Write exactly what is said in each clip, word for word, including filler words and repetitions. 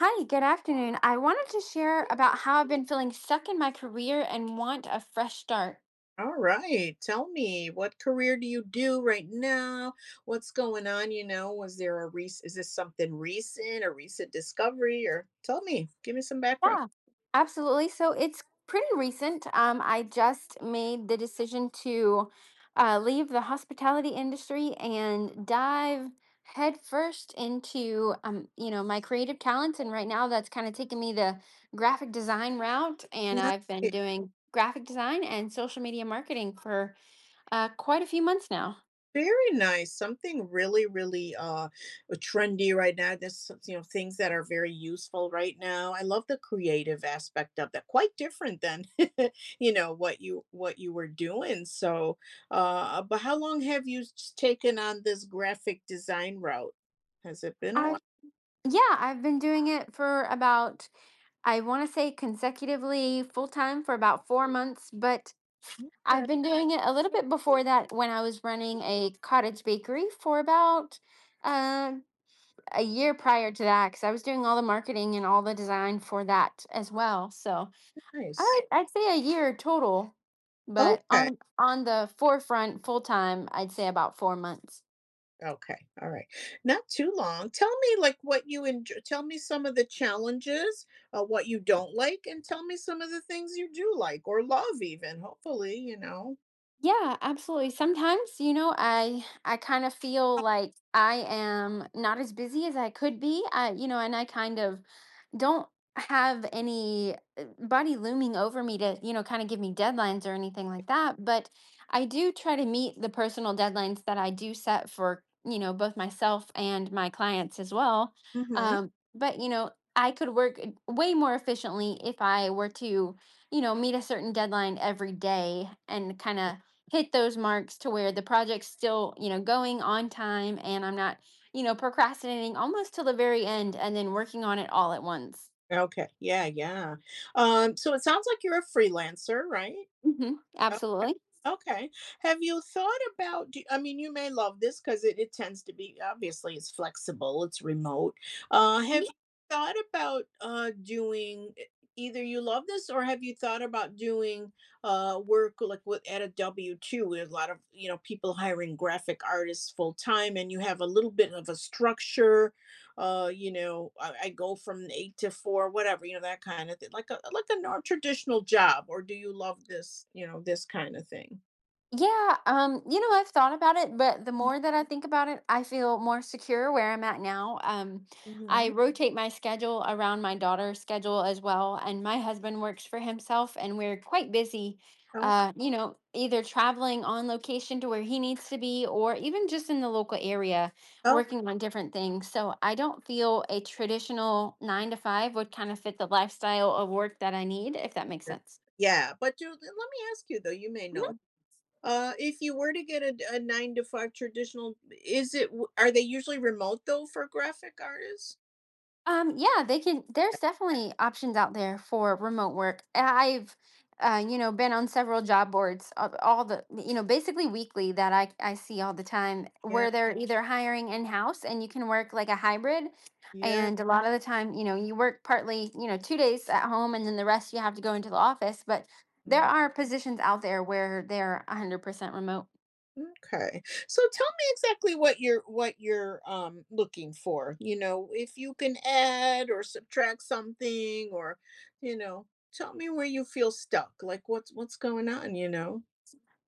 Hi, good afternoon. I wanted to share about how I've been feeling stuck in my career and want a fresh start. All right. Tell me, what career do you do right now? What's going on? You know, was there a rec is this something recent, a recent discovery? Or tell me, give me some background. Yeah, absolutely. So it's pretty recent. Um, I just made the decision to uh, leave the hospitality industry and dive headfirst into um, you know, my creative talents. And right now, that's kind of taken me the graphic design route, and Right. I've been doing graphic design and social media marketing for uh, quite a few months now. Very nice. Something really, really uh uh, trendy right now. There's some- you know things that are very useful right now. I love the creative aspect of that. Quite different than you know what you what you were doing. So, uh, uh, but how long have you s- taken on this graphic design route? Has it been a while? Yeah, I've been doing it for about, I want to say consecutively full time for about four months, but Okay, I've been doing it a little bit before that when I was running a cottage bakery for about uh, a year prior to that, because I was doing all the marketing and all the design for that as well. So I, nice. I'd say a year total, but Okay. on on the forefront full time, I'd say about four months. Okay, all right. Not too long. Tell me, like, what you enjoy. Tell me some of the challenges, uh, what you don't like, and tell me some of the things you do like or love, even. Hopefully, you know. Yeah, absolutely. Sometimes, you know, I I kind of feel like I am not as busy as I could be. I, you know, and I kind of don't have any uh, body looming over me to, you know, kind of give me deadlines or anything like that. But I do try to meet the personal deadlines that I do set for, you know, both myself and my clients as well. Hmm. Um, but, you know, I could work uh, way more efficiently if I were to, you know, meet a certain deadline every day and kind of hit those marks to where the project's still, you know, going on time and I'm not you know, procrastinating almost till the very end and then working on it all at once. Okay. Yeah. Yeah. Um. So it sounds like you're a freelancer, right? Hmm Absolutely. Okay. Have you thought about, do- I mean, you may love this because it, it tends to be, obviously, it's flexible, it's remote. Uh, have you thought about uh, doing, e- either you love this or have you thought about doing uh, work like with, at a W two with a lot of, you know, people hiring graphic artists full time and you have a little bit of a structure, uh, you know, I, I go from eight to four, whatever, you know, that kind of thing, like a, like a nor- traditional job, or do you love this, you know, this kind of thing? Yeah, um, you know, I've thought about it, but the Mm, more that I think about it, I feel more secure where I'm at now. Um, I mhm. rotate my schedule around my daughter's schedule as well, and my husband works for himself, and we're quite busy, Ok uh, you know, either traveling on location to where he needs to be, or even just in the local area okay. working on different things. So I don't feel a traditional nine to five would kind of fit the lifestyle of work that I need, if that makes sense. Yeah, but do let me ask you though, you may know, uh, if you were to get a a nine to five traditional, is it w are they usually remote though for graphic artists? Um, yeah, they can. There's definitely options out there for remote work. I- I've, uh, you know, been on several job boards, uh, all the, you know, basically weekly that I I see all the time Yeah, where they're either hiring in house and you can work like a hybrid, yeah, and a lot of the time, you know, you work partly, you know, two days at home and then the rest you have to go into the office. But there mm, are positions out there where they're one hundred percent remote. m'kay. So tell me exactly what you're what you're, um, looking for, you know, if you can add or subtract something or, you know, tell me where you feel stuck, like what's what's going on, you know?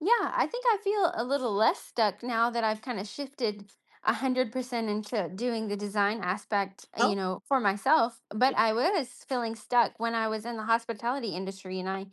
Yeah, I think I feel a little less stuck now that I've kind of shifted one hundred percent into doing the design aspect, uh, Oh, you know, for myself. But yeah. I was feeling stuck when I was in the hospitality industry and I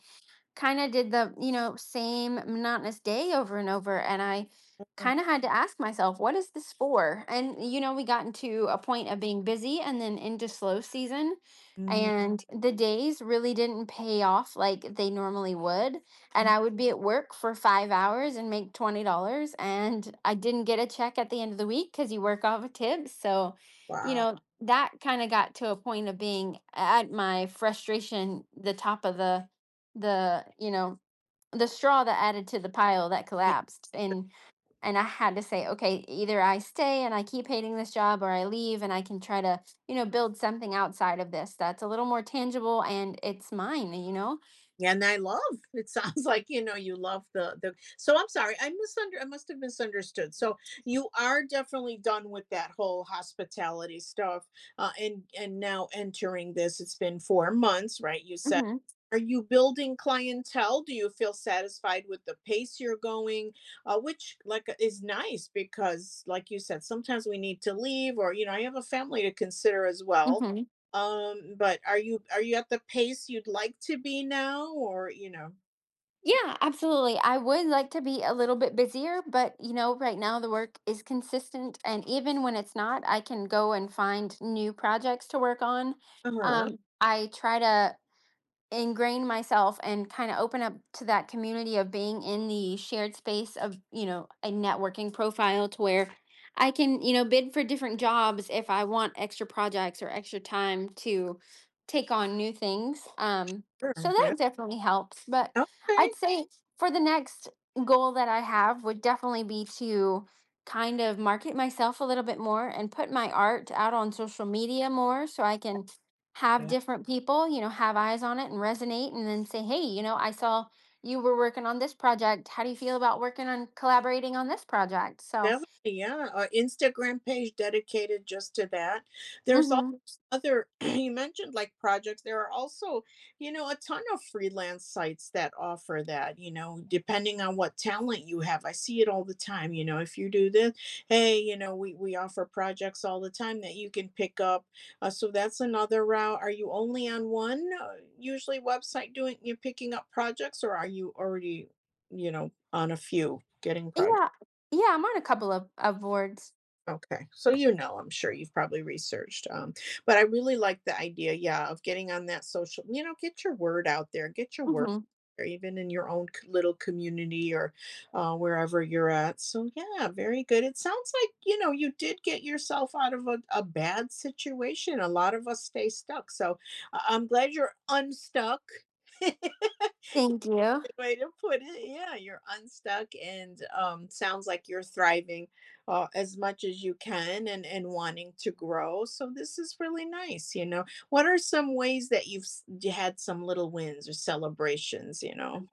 kind of did the, you know, same monotonous day over and over. And I kind of had to ask myself, what is this for? And, you know, we got into a point of being busy and then into slow season. Mhm. And the days really didn't pay off like they normally would. And I would be at work for five hours and make twenty dollars. And I didn't get a check at the end of the week because you work off of tips. So, you Wow. know, that kind of got to a point of being at my frustration, the top of the the you know the straw that added to the pile that collapsed. and and I had to say, okay, either I stay and I keep hating this job, or I leave and I can try to, you know build something outside of this that's a little more tangible and it's mine you know And I love. It sounds like you know you love the the. So I'm sorry, I misunder. I must have misunderstood. So you are definitely done with that whole hospitality stuff, uh, and and now entering this. It's been four months, right? You said. hmm Are you building clientele? Do you feel satisfied with the pace you're going? Uh, which, like, uh, is nice because like you said, sometimes we need to leave, or you know, I have a family to consider as well. hmm Um, but are you are you at the pace you'd like to be now or you know? yeah, absolutely, I would like to be a little bit busier, but you know right now the work is consistent, and even when it's not, I can go and find new projects to work on. Uh-huh. um, I try to ingrain myself and kind of open up to that community of being in the shared space of, you know a networking profile, to where I can, you know bid for different jobs if I want extra projects or extra time to take on new things. um so Sure. Yeah. that definitely helps. But Okay. I'd say for the next goal that I have would definitely be to kind of market myself a little bit more and put my art out on social media more, so I can have Yeah. different people, you know, have eyes on it and resonate, and then say, hey, you know, I saw you were working on this project. How do you feel about working on, collaborating on this project? So, Definitely, yeah. Our Instagram page dedicated just to that. There's also mhm. other You mentioned, like, projects. There are also, you know, a ton of freelance sites that offer that, you know, depending on what talent you have. I see it all the time. You know, if you do this, hey, you know, we, we offer projects all the time that you can pick up. Uh, so that's another route. Are you only on one uh, usually website, doing you're picking up projects, or are you already, you know, on a few getting projects? Yeah, yeah, I'm on a couple of, of boards. Okay, so you know, I'm sure you've probably researched, um, but I really like the idea, yeah, of getting on that social, you know, get your word out there, get your word out Hmm there, even in your own c- little community or uh, wherever you're at. So yeah, very good. It sounds like you know you did get yourself out of a, a bad situation. A lot of us stay stuck, so I- I'm glad you're unstuck. Thank you. Way to put it. Yeah, you're unstuck, and um, sounds like you're thriving uh, as much as you can, and, and wanting to grow. So this is really nice. You know, what are some ways that you've s- you had some little wins or celebrations? You know,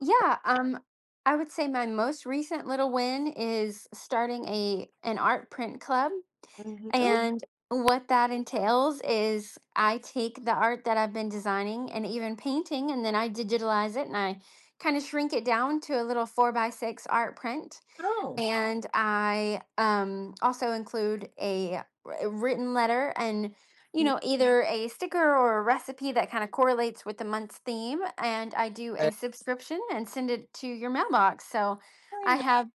Yeah, um, I would say my most recent little win is starting a an art print club. Mhm. Oh, And what that entails is I take the art that I've been designing and even painting, and then I digitalize it, and I kind of shrink it down to a little four by six art print. oh. And I um, also include a wr- written letter and, you know, either a sticker or a recipe that kind of correlates with the month's theme. And I do a Uh, subscription and send it to your mailbox. So Very I nice. have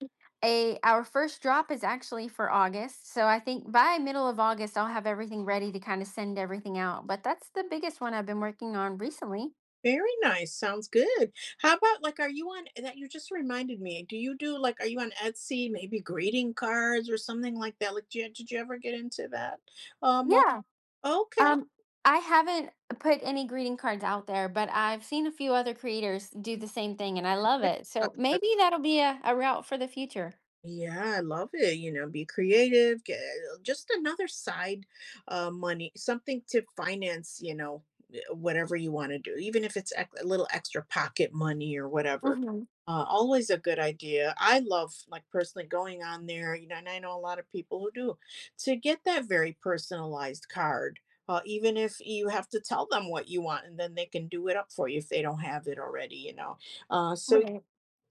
a, our first drop is actually for August. So I think by middle of August, I'll have everything ready to kind of send everything out. But that's the biggest one I've been working on recently. Very nice. Sounds good. How about, like, are you on that, you just reminded me. Do you do, like, are you on Etsy, maybe greeting cards or something like that? Like did you, did you ever get into that? Um Yeah. okay. Um, I haven't put any greeting cards out there, but I've seen a few other creators do the same thing and I love it. Yeah. So maybe that'll be a, a route for the future. Yeah, I love it, you know, be creative, get uh, just another side, uh, money, something to finance, you know, eh, whatever you wanna do, even if it's ec a little extra pocket money or whatever. Hmm Uh, always a good idea. I love, like, personally going on there, you know, and I know a lot of people who do, to get that very personalized card, uh, even if you have to tell them what you want, and then they can do it up for you if they don't have it already, you know? Uh, so Right.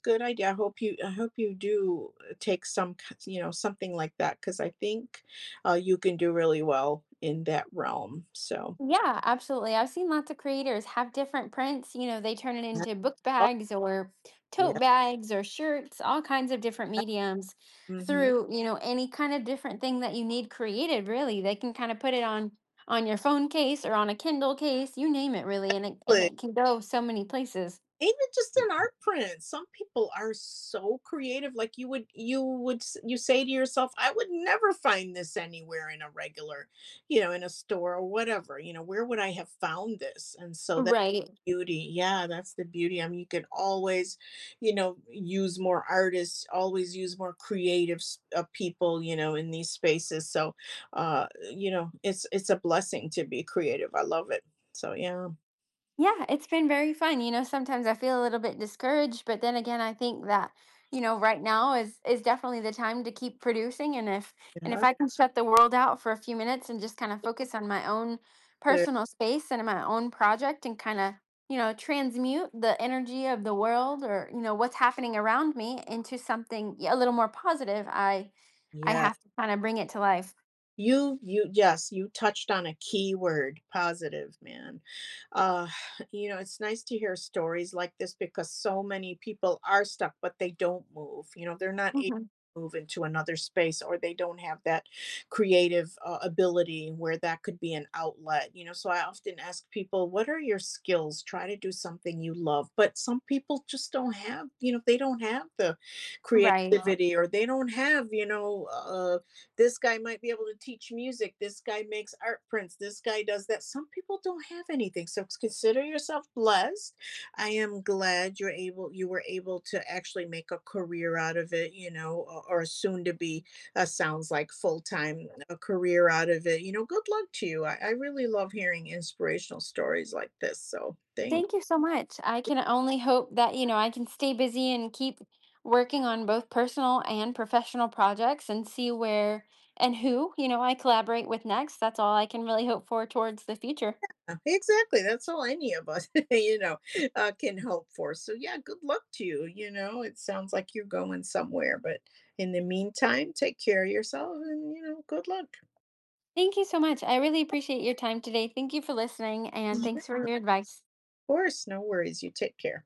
Good idea. I hope you I hope you do uh, take some, k you know, something like that, because I think, uh, you can do really well in that realm, so. Yeah, absolutely. I've seen lots of creators have different prints. You know, they turn it Right. into book Oh, bags or tote yeah. bags or shirts, all kinds of different mediums Mhm. through, you know, any kind of different thing that you need created, really. They can kind of put it on on your phone case or on a Kindle case, you name it really, and it and it can go so many places. Even just an art print, some people are so creative, like, you would you would s you say to yourself, "I would never find this anywhere in a regular," you know, "in a store or whatever," you know, "Where would I have found this?" And so that Right. beauty yeah, that's the beauty. I mean, you can always you know use more artists, always use more creative s- uh, people, you know in these spaces. So uh you know it's it's a blessing to be creative. I love it. So yeah, Yeah, it's been very fun. You know, sometimes I feel a little bit discouraged, but then again, I think that, you know, right now is is definitely the time to keep producing. And if, and yeah, if I can shut the world out for a few minutes and just kind of focus on my own sure. personal space and my own project and kind of, you know, transmute the energy of the world, or, you know, what's happening around me into something a little more positive, I I Yeah. have to kind of bring it to life. You you yes, you touched on a key word, positive, man. Uh, you know, it's nice to hear stories like this, because so many people are stuck, but they don't move. You know, they're not able Mhm. to move into another space, or they don't have that creative uh, ability where that could be an outlet. You know, so I often ask people, what are your skills? Try to do something you love. But some people just don't have, you know, they don't have the Right. creativity, or they don't have, you know, uh, This guy might be able to teach music. This guy makes art prints. This guy does that. Some people don't have anything, so consider yourself blessed. I am glad you're able you were able to actually make a career out of it, you know or, or soon to be, uh, sounds like full-time a career out of it, you know good luck to you. I, I really love hearing inspirational stories like this, so thanks. Thank you so much. I can only hope that, you know, I can stay busy and keep working on both personal and professional projects, and see where and who, you know, I collaborate with next. That's all I can really hope for towards the future. Uh, Exactly. That's all any of us, you know, uh, can hope for. So, yeah, good luck to you. You know, it sounds like you're going somewhere, but in the meantime, take care of yourself and, you know, good luck. Thank you so much. I really appreciate your time today. Thank you for listening and Mhm. Of thanks for your advice. course, no worries. You take care.